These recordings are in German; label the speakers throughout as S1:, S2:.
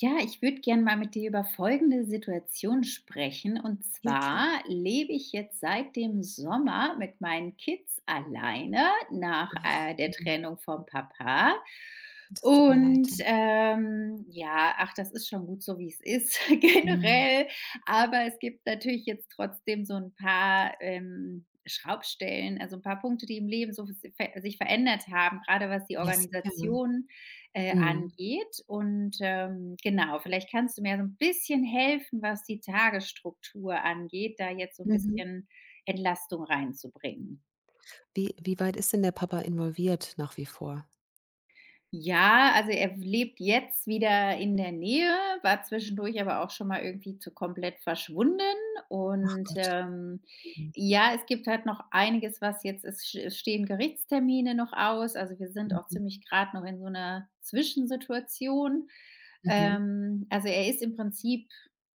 S1: Ja, ich würde gern mal mit dir über folgende Situation sprechen. Und
S2: Ja, klar.
S1: zwar lebe ich jetzt seit dem Sommer mit meinen Kids alleine nach
S2: Ach,
S1: der
S2: mhm.
S1: Trennung vom Papa.
S2: Das tut mir leid.
S1: Und ja, ach, das ist schon gut so, wie es ist,
S2: Mhm.
S1: generell. Aber es gibt natürlich jetzt trotzdem so ein paar Schraubstellen, also ein paar Punkte, die im Leben so sich verändert haben, gerade was die
S2: Ja, sicher.
S1: Organisation
S2: Mhm.
S1: angeht. Und, genau, vielleicht kannst du mir so ein bisschen helfen, was die Tagesstruktur angeht, da jetzt so ein
S2: Mhm.
S1: bisschen Entlastung reinzubringen.
S2: Wie weit ist denn der Papa involviert nach wie vor?
S1: Ja, also er lebt jetzt wieder in der Nähe, war zwischendurch aber auch schon mal irgendwie zu komplett verschwunden.
S2: Ach
S1: Und,
S2: Gott. Mhm.
S1: ja, es gibt halt noch einiges, was jetzt ist. Es stehen Gerichtstermine noch aus. Also, wir sind auch
S2: Mhm.
S1: ziemlich gerade noch in so einer Zwischensituation.
S2: Mhm.
S1: Also, er ist im Prinzip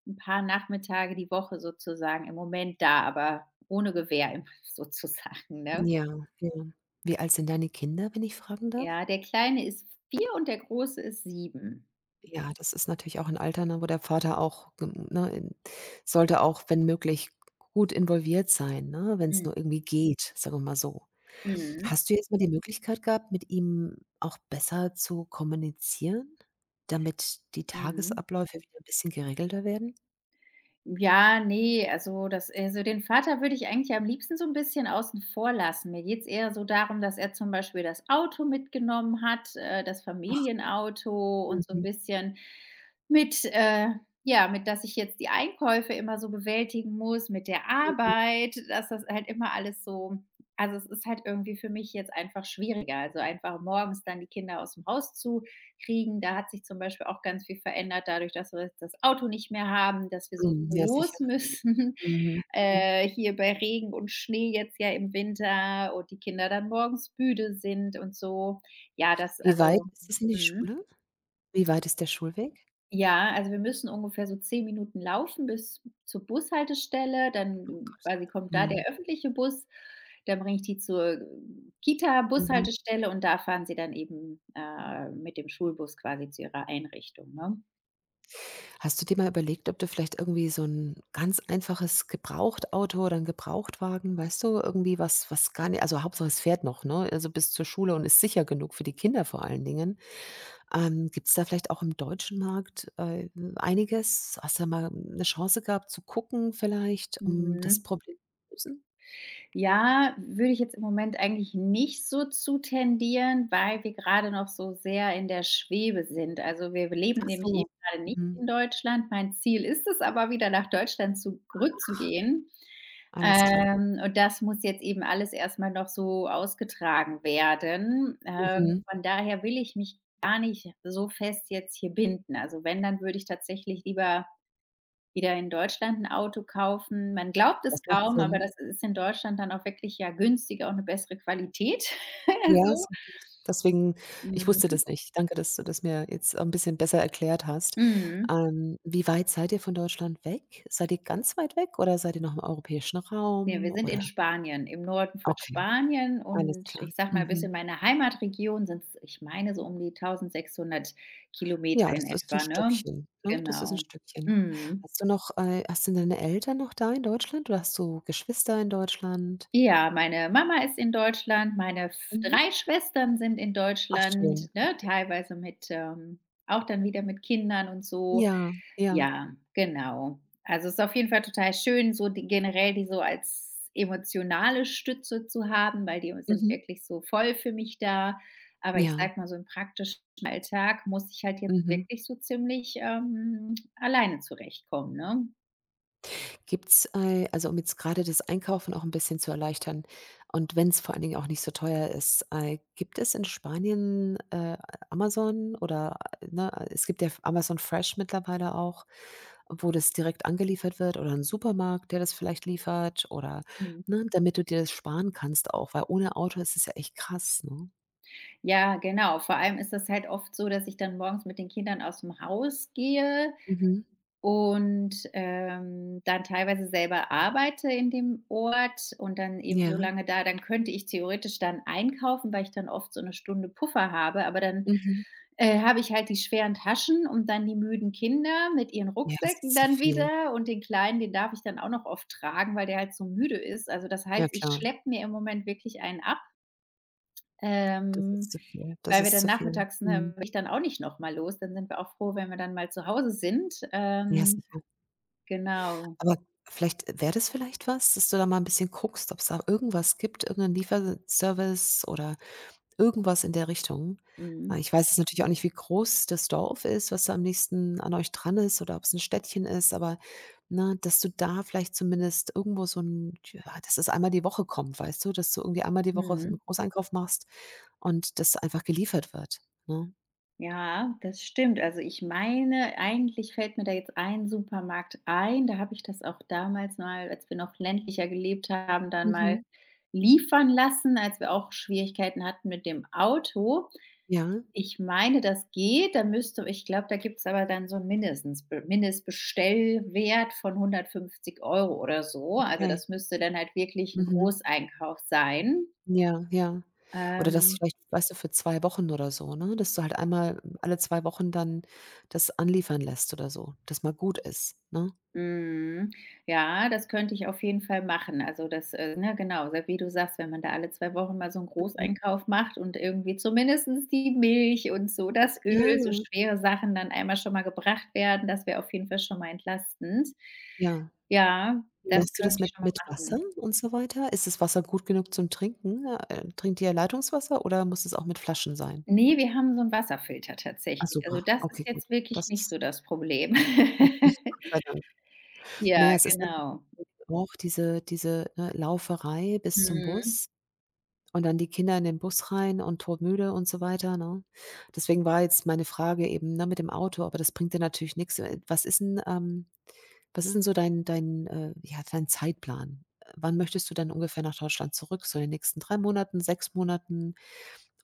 S1: ein paar Nachmittage die Woche sozusagen im Moment da, aber ohne Gewehr im sozusagen, ne?
S2: Ja, ja. Wie alt sind deine Kinder, wenn ich fragen darf?
S1: Ja, der Kleine ist 4 und der Große ist 7.
S2: Ja, das ist natürlich auch ein Alter, ne, wo der Vater auch, gem ne, in sollte auch, wenn möglich, gut involviert sein, ne, wenn es nur irgendwie geht, sagen wir mal so.
S1: Mhm,
S2: Hast du jetzt mal die Möglichkeit gehabt, mit ihm auch besser zu kommunizieren, damit die
S1: mhm.
S2: Tagesabläufe wieder 'n bisschen geregelter werden?
S1: Ja, ne, also das also den Vater würde ich eigentlich am liebsten so ein bisschen außen vor lassen. Mir geht's eher so darum, dass er zum Beispiel das Auto mitgenommen hat, das
S2: Ach,
S1: Familienauto und so ein
S2: mhm,
S1: bisschen. Mit, äh ja, mit dass ich jetzt die Einkäufe immer so bewältigen muss, mit der
S2: mhm,
S1: Arbeit, dass das halt immer alles so, also, es ist halt irgendwie für mich jetzt einfach schwieriger. Also, einfach morgens dann die Kinder aus dem Haus zu kriegen. Da hat sich zum Beispiel auch ganz viel verändert dadurch, dass wir das Auto nicht mehr haben, dass wir so
S2: mhm,
S1: früh
S2: ja, sicher.
S1: los müssen,
S2: Mhm, mhm.
S1: hier bei Regen und Schnee jetzt ja im Winter und die Kinder dann morgens müde sind und so. Ja, das
S2: Wie weit
S1: also
S2: ist es in die
S1: mhm.
S2: Schule? Wie weit ist der Schulweg?
S1: Ja, also wir müssen ungefähr so 10 Minuten laufen bis zur Bushaltestelle, dann,
S2: Oh Gott.
S1: quasi kommt da
S2: Mhm,
S1: der öffentliche Bus, dann bringe ich die zur
S2: mhm.
S1: Kita-Bushaltestelle und da fahren sie dann eben, mit dem Schulbus quasi zu ihrer Einrichtung, ne?
S2: Hast du dir mal überlegt, ob du vielleicht irgendwie so 'n ganz einfaches Gebrauchtauto oder 'n Gebrauchtwagen, weißt du, irgendwie was gar ni also, Hauptsache es fährt noch, ne? Also, bis zur Schule und ist sicher genug für die Kinder vor allen Dingen. Gibt es da vielleicht auch im deutschen Markt, einiges? Hast du da mal eine Chance gehabt zu gucken vielleicht, um das
S1: Mhm.
S2: Problem zu lösen?
S1: Ja, würde ich jetzt im Moment eigentlich nicht so zu tendieren, weil wir gerade noch so sehr in der Schwebe sind. Also, wir leben
S2: Ach
S1: nämlich
S2: so,
S1: eben gerade nicht
S2: mhm,
S1: in Deutschland. Mein Ziel ist es aber, wieder nach Deutschland zu rückzugehen.
S2: alles klar.
S1: Und das muss jetzt eben alles erstmal noch so ausgetragen werden.
S2: Mhm,
S1: Von daher will ich mich gar nicht so fest jetzt hier binden. Also, wenn, dann würde ich tatsächlich lieber wieder in Deutschland ein Auto kaufen. Man glaubt es
S2: das macht
S1: kaum, aber
S2: Sinn.
S1: das ist in Deutschland dann auch wirklich, ja, günstiger und eine bessere Qualität,
S2: Ja,
S1: so.
S2: ist richtig. Deswegen, ich wusste
S1: Mhm,
S2: das nicht. Danke, dass du das mir jetzt ein bisschen besser erklärt hast.
S1: mhm.
S2: Wie weit seid ihr von Deutschland weg? Seid ihr ganz weit weg oder seid ihr noch im europäischen
S1: Ne, wir
S2: Raum
S1: sind
S2: oder?
S1: in Spanien, im Norden von
S2: Okay,
S1: Spanien
S2: alles
S1: und
S2: klar.
S1: ich sage mal, bis in
S2: Mhm.
S1: meine Heimatregion sind es, ich meine, so um die 1.600 Kilometer
S2: Ja,
S1: in
S2: das ist 'n
S1: etwa, ne?
S2: Stückchen, ne? Das ist 'n
S1: Genau.
S2: Stückchen.
S1: Mhm.
S2: Hast du noch hast du deine Eltern noch da in Deutschland oder hast du Geschwister in Deutschland?
S1: Ja, meine Mama ist in Deutschland, meine f
S2: Mhm.
S1: 3 Schwestern sind in
S2: Ach schön,
S1: Deutschland, ne,
S2: okay.
S1: teilweise mit, auch dann wieder mit Kindern und so.
S2: Ja, ja.
S1: Ja, genau. Also, es ist auf jeden Fall total schön, so die generell die so als emotionale Stütze zu haben, weil die sind
S2: Mhm.
S1: wirklich so voll für mich da. Aber ich
S2: Ja.
S1: sage mal so im praktischen Alltag muss ich halt jetzt
S2: Mhm.
S1: wirklich so ziemlich, alleine zurechtkommen, ne?
S2: Gibt's, ei, also um jetzt gerade das Einkaufen auch ein bisschen zu erleichtern und wenn es vor allen Dingen auch nicht so teuer ist, ei, gibt es in Spanien, Amazon oder, ne, es gibt ja Amazon Fresh mittlerweile auch, wo das direkt angeliefert wird oder ein Supermarkt, der das vielleicht liefert oder,
S1: Mhm.
S2: ne, damit du dir das sparen kannst auch, weil ohne Auto ist es ja echt krass, ne?
S1: Ja, genau. Vor allem ist das halt oft so, dass ich dann morgens mit den Kindern aus dem Haus gehe
S2: Mhm.
S1: und, dann teilweise selber arbeite in dem Ort und dann eben so
S2: Ja.
S1: lange da dann könnte ich theoretisch dann einkaufen, weil ich dann oft so 1 Stunde Puffer habe, aber dann,
S2: Mhm.
S1: habe ich halt die schweren Taschen und dann die müden Kinder mit ihren
S2: Ja, das
S1: Rucksäcken
S2: ist zu
S1: dann
S2: viel.
S1: wieder und den Kleinen, den darf ich dann auch noch oft tragen, weil der halt so müde ist. Also, das
S2: Ja,
S1: heißt, ich
S2: klar,
S1: schleppe mir im Moment wirklich einen ab.
S2: das ist
S1: Ähm,
S2: zu viel. Das
S1: Weil wir
S2: ist
S1: dann
S2: zu viel.
S1: nachmittags ne,
S2: Mhm.
S1: will ich dann auch nicht noch mal los. Dann sind wir auch froh, wenn wir dann mal zu Hause sind.
S2: Ja, sicher.
S1: Genau.
S2: Aber vielleicht wäre das vielleicht was, dass du da mal ein bisschen guckst, ob es da irgendwas gibt, irgendeinen Lieferservice oder irgendwas in der Richtung. Ah,
S1: Mhm.
S2: ich weiß jetzt natürlich auch nicht, wie groß das Dorf ist, was da am nächsten an euch dran ist oder ob es ein Städtchen ist, aber, ne, dass du da vielleicht zumindest irgendwo so ein, ja, dass das einmal die Woche kommt, weißt du? Dass du irgendwie einmal die Woche einen
S1: Mhm.
S2: Großeinkauf machst und das einfach geliefert wird, ne?
S1: Ja, das stimmt. Also, ich meine, eigentlich fällt mir da jetzt ein Supermarkt ein. Da habe ich das auch damals mal, als wir noch ländlicher gelebt haben, dann mal
S2: Mhm.
S1: liefern lassen, als wir auch Schwierigkeiten hatten mit dem Auto.
S2: Ja,
S1: Ich meine, das geht. Da müsste ich glaube, da gibt's aber dann so 'n mindestens Mindestbestellwert von 150 Euro oder so. Also,
S2: okay.
S1: das müsste dann halt wirklich ein
S2: Mhm.
S1: Großeinkauf sein.
S2: Ja, ja. Oder das
S1: Ähm
S2: vielleicht, weißt du, für 2 Wochen oder so, ne? Dass du halt einmal alle 2 Wochen dann das anliefern lässt oder so, dass mal gut ist, ne?
S1: Mhm. Ja, das könnte ich auf jeden Fall machen. Also das, ne, genau, so wie du sagst, wenn man da alle 2 Wochen mal so einen
S2: Mhm.
S1: Großeinkauf macht und irgendwie zumindestens die Milch und so das Öl,
S2: Ja,
S1: so schwere Sachen dann einmal schon mal gebracht werden, das wäre auf jeden Fall schon mal entlastend.
S2: ja.
S1: Ja, das
S2: Machst du das
S1: könnte ich
S2: mit
S1: schon mal
S2: mit
S1: machen.
S2: Wasser und so weiter? Ist das Wasser gut genug zum Trinken? Trinkt ihr Leitungswasser oder muss es auch mit Flaschen sein?
S1: Ne, wir haben so 'n Wasserfilter
S2: Ah,
S1: tatsächlich.
S2: super.
S1: Also das ist
S2: Okay, gut.
S1: jetzt wirklich
S2: Das
S1: nicht
S2: ist
S1: so das Problem.
S2: okay, Gott sei Dank. Na ja,
S1: Ja,
S2: es ist natürlich
S1: genau.
S2: auch diese, ne, Lauferei bis zum
S1: Mhm,
S2: Bus. Und dann die Kinder in den Bus rein und todmüde und so weiter, ne? Deswegen war jetzt meine Frage eben, ne, mit dem Auto, aber das bringt dir natürlich nix. Was ist 'n, was ist 'n so ja, dein Zeitplan? Wann möchtest du dann ungefähr nach Deutschland zurück? So in den nächsten 3 Monaten, 6 Monaten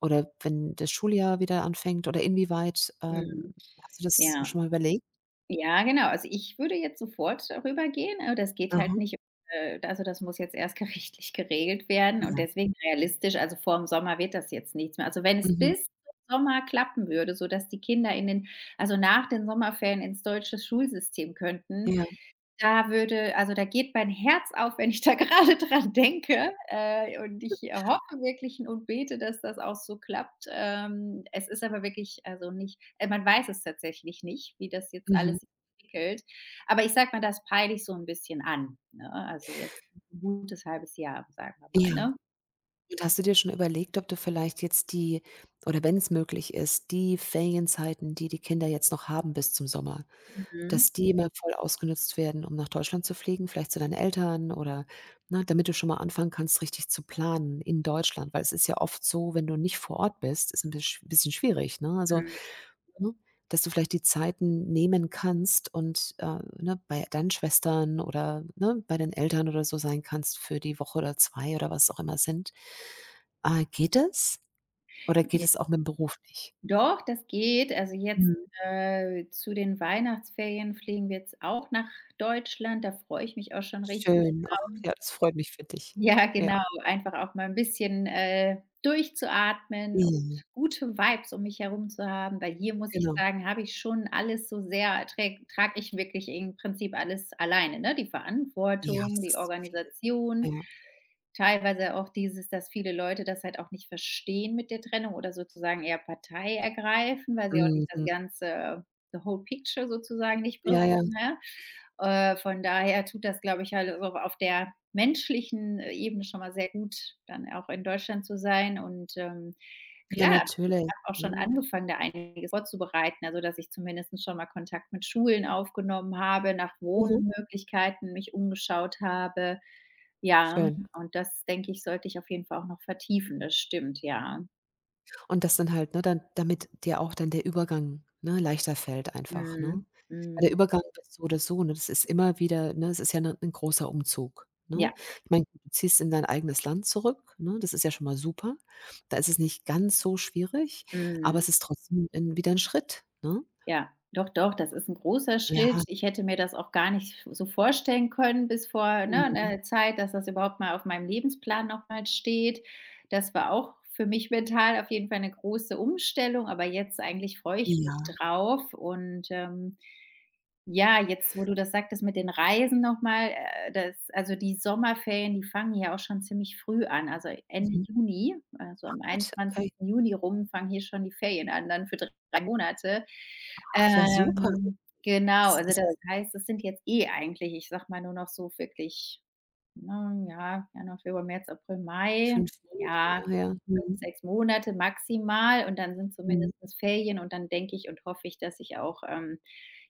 S2: oder wenn das Schuljahr wieder anfängt oder inwieweit,
S1: mhm.
S2: hast du das
S1: Ja.
S2: schon mal überlegt?
S1: Ja, genau. Also, ich würde jetzt sofort rübergehen, aber das geht halt
S2: Aha,
S1: nicht, also, das muss jetzt erst gerichtlich geregelt werden und
S2: ja.
S1: deswegen realistisch, also, vor dem Sommer wird das jetzt nichts mehr. Also, wenn es
S2: Mhm.
S1: bis zum Sommer klappen würde, sodass die Kinder in den, also, nach den Sommerferien ins deutsche Schulsystem könnten,
S2: Ja.
S1: da würde also, da geht mein Herz auf, wenn ich da gerade dran denke, und ich hoffe wirklich und bete, dass das auch so klappt. Es ist aber wirklich also nicht man weiß es tatsächlich nicht, wie das jetzt
S2: Mhm.
S1: alles sich entwickelt. Aber ich sage mal, das peile ich so 'n bisschen an, ne? Also, jetzt 'n gutes halbes Jahr, sagen wir mal,
S2: Ja.
S1: ne?
S2: Und hast du dir schon überlegt, ob du vielleicht jetzt die, oder wenn es möglich ist, die Ferienzeiten, die die Kinder jetzt noch haben bis zum Sommer,
S1: Mhm.
S2: dass die mal voll ausgenutzt werden, um nach Deutschland zu fliegen, vielleicht zu deinen Eltern oder, ne, damit du schon mal anfangen kannst, richtig zu planen in Deutschland? Weil es ist ja oft so, wenn du nicht vor Ort bist, ist ein bisch bisschen schwierig, ne? Also,
S1: Mhm.
S2: ne? Dass du vielleicht die Zeiten nehmen kannst und, ne, bei deinen Schwestern oder, ne, bei den Eltern oder so sein kannst für die Woche oder 2 oder was auch immer sind. Geht es? Oder geht
S1: J
S2: es auch mit dem Beruf nicht?
S1: Doch, das geht. Also, jetzt,
S2: Mhm.
S1: zu den Weihnachtsferien fliegen wir jetzt auch nach Deutschland. Da freue ich mich auch schon richtig
S2: Schön. Ach
S1: drauf.
S2: ja, das freut mich für dich.
S1: Ja,
S2: Ja.
S1: genau, einfach auch mal ein bisschen, durchzuatmen und
S2: Ja,
S1: gute Vibes um mich herum zu haben, weil hier muss ich
S2: genau.
S1: sagen, habe ich schon alles so sehr träg trage trag ich wirklich im Prinzip alles alleine, ne? Die
S2: Ja,
S1: Verantwortung,
S2: das
S1: die
S2: ist zu viel.
S1: Organisation,
S2: Ja.
S1: teilweise auch dieses, dass viele Leute das halt auch nicht verstehen mit der Trennung oder sozusagen eher Partei ergreifen, weil sie auch nicht das
S2: Mhm.
S1: ganze the whole picture sozusagen nicht
S2: Ja,
S1: präsent.
S2: ja.
S1: Ne? Von daher tut das, glaube ich, halt auch auf der menschlichen Ebene schon mal sehr gut, dann auch in Deutschland zu sein und,
S2: Ja,
S1: klar, ich
S2: natürlich,
S1: habe auch schon
S2: ne?
S1: angefangen, da einiges vorzubereiten, also, dass ich zumindest schon mal Kontakt mit Schulen aufgenommen habe, nach
S2: Mhm.
S1: Wohnmöglichkeiten mich umgeschaut habe. Ja,
S2: Schön.
S1: und das, denke ich, sollte ich auf jeden Fall auch noch vertiefen. Das stimmt, ja.
S2: Und das dann halt, ne, dann damit dir auch dann der Übergang, ne, leichter fällt einfach, ne?
S1: Mhm.
S2: Weil der
S1: Mhm.
S2: Übergang ist so oder so, ne? Das ist immer wieder, ne, es ist ja 'ne 'n großer Umzug, ne?
S1: Ja.
S2: Ich meine, du ziehst in dein eigenes Land zurück, ne? Das ist ja schon mal super. Da ist es nicht ganz so schwierig, aber
S1: Mhm.
S2: es ist trotzdem 'n wieder 'n Schritt, ne?
S1: Ja, doch, doch, das ist 'n großer
S2: Ja,
S1: Schritt. Ich hätte mir das auch gar nicht so vorstellen können bis vor, ne,
S2: mhm,
S1: 'ner Zeit, dass das überhaupt mal auf meinem Lebensplan noch mal steht. Das war auch für mich mental auf jeden Fall 'ne große Umstellung, aber jetzt eigentlich freue ich mich
S2: ja,
S1: drauf und, ja, jetzt, wo du das sagtest mit den Reisen noch mal, das also die Sommerferien, die fangen hier auch schon ziemlich früh an. Also Ende
S2: mhm.
S1: Juni, also am
S2: Gott, okay.
S1: 21. Juni rum fangen hier schon die Ferien an, dann für 3 Monate.
S2: Ach ja, super.
S1: Ähm, genau,
S2: Das
S1: also
S2: ist ja
S1: das heißt, es sind jetzt eh eigentlich, ich sag mal, nur noch so wirklich, ne, ja, Januar, Februar, März, April, Mai.
S2: 5 Monate, ja,
S1: Ja.
S2: ja.
S1: 5,
S2: Mhm,
S1: 6 Monate maximal und dann sind
S2: mhm.
S1: zumindest Ferien und dann denke ich und hoffe ich, dass sich auch,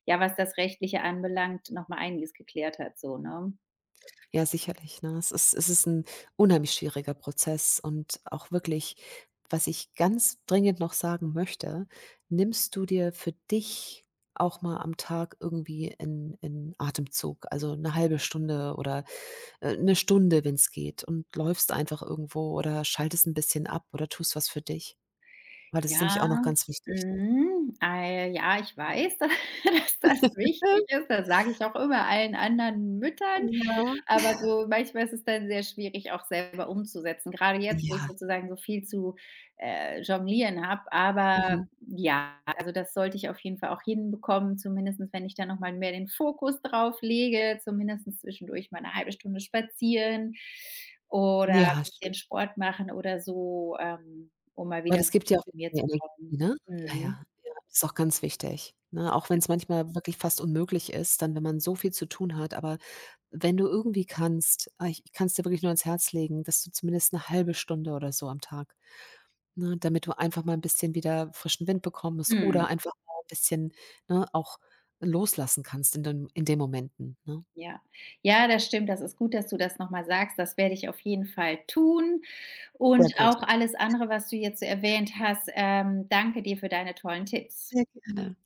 S1: ja, was das Rechtliche anbelangt, noch mal einiges geklärt hat so, ne?
S2: Ja, sicherlich, ne? Es ist ein unheimlich schwieriger Prozess und auch wirklich, was ich ganz dringend noch sagen möchte, nimmst du dir für dich auch mal am Tag irgendwie 'n Atemzug, also eine halbe Stunde oder, 'ne Stunde, wenn es geht und läufst einfach irgendwo oder schaltest ein bisschen ab oder tust was für dich, weil das
S1: Ja,
S2: ist nämlich auch noch ganz wichtig.
S1: mhm, ei, ja, ich weiß, dass das
S2: Ähm,
S1: wichtig ist. Das sage ich auch immer allen anderen Müttern.
S2: ja.
S1: Aber so manchmal ist es dann sehr schwierig, auch selber umzusetzen. Gerade jetzt, wo ich
S2: Ja.
S1: sozusagen so viel zu, jonglieren habe. Aber
S2: Mhm.
S1: ja, also das sollte ich auf jeden Fall auch hinbekommen, zumindest wenn ich da noch mal mehr den Fokus drauf lege, zumindest zwischendurch mal eine halbe Stunde spazieren oder ein
S2: Ja, schön.
S1: bisschen Sport machen oder so, um mal
S2: Weil
S1: wieder 'n
S2: es gibt ja
S1: bisschen
S2: auch
S1: zu mir
S2: mehr
S1: zu
S2: Energie,
S1: kommen.
S2: ne? Ja,
S1: Mhm.
S2: ja, ja, ist auch ganz wichtig, ne? Auch
S1: Ja.
S2: wenn's manchmal wirklich fast unmöglich ist, dann wenn man so viel zu tun hat, aber wenn du irgendwie kannst, ah, ich kann's dir wirklich nur ans Herz legen, dass du zumindest 'ne halbe Stunde oder so am Tag, ne, damit du einfach mal 'n bisschen wieder frischen Wind bekommst
S1: Mhm.
S2: oder einfach mal 'n bisschen, ne, auch loslassen kannst in den Momenten, ne?
S1: Ja. Ja, das stimmt. Das ist gut, dass du das noch mal sagst. Das werde ich auf jeden Fall tun
S2: Sehr
S1: und
S2: gut.
S1: auch alles andere, was du jetzt so erwähnt hast. Danke dir für deine tollen Tipps.
S2: Sehr gerne.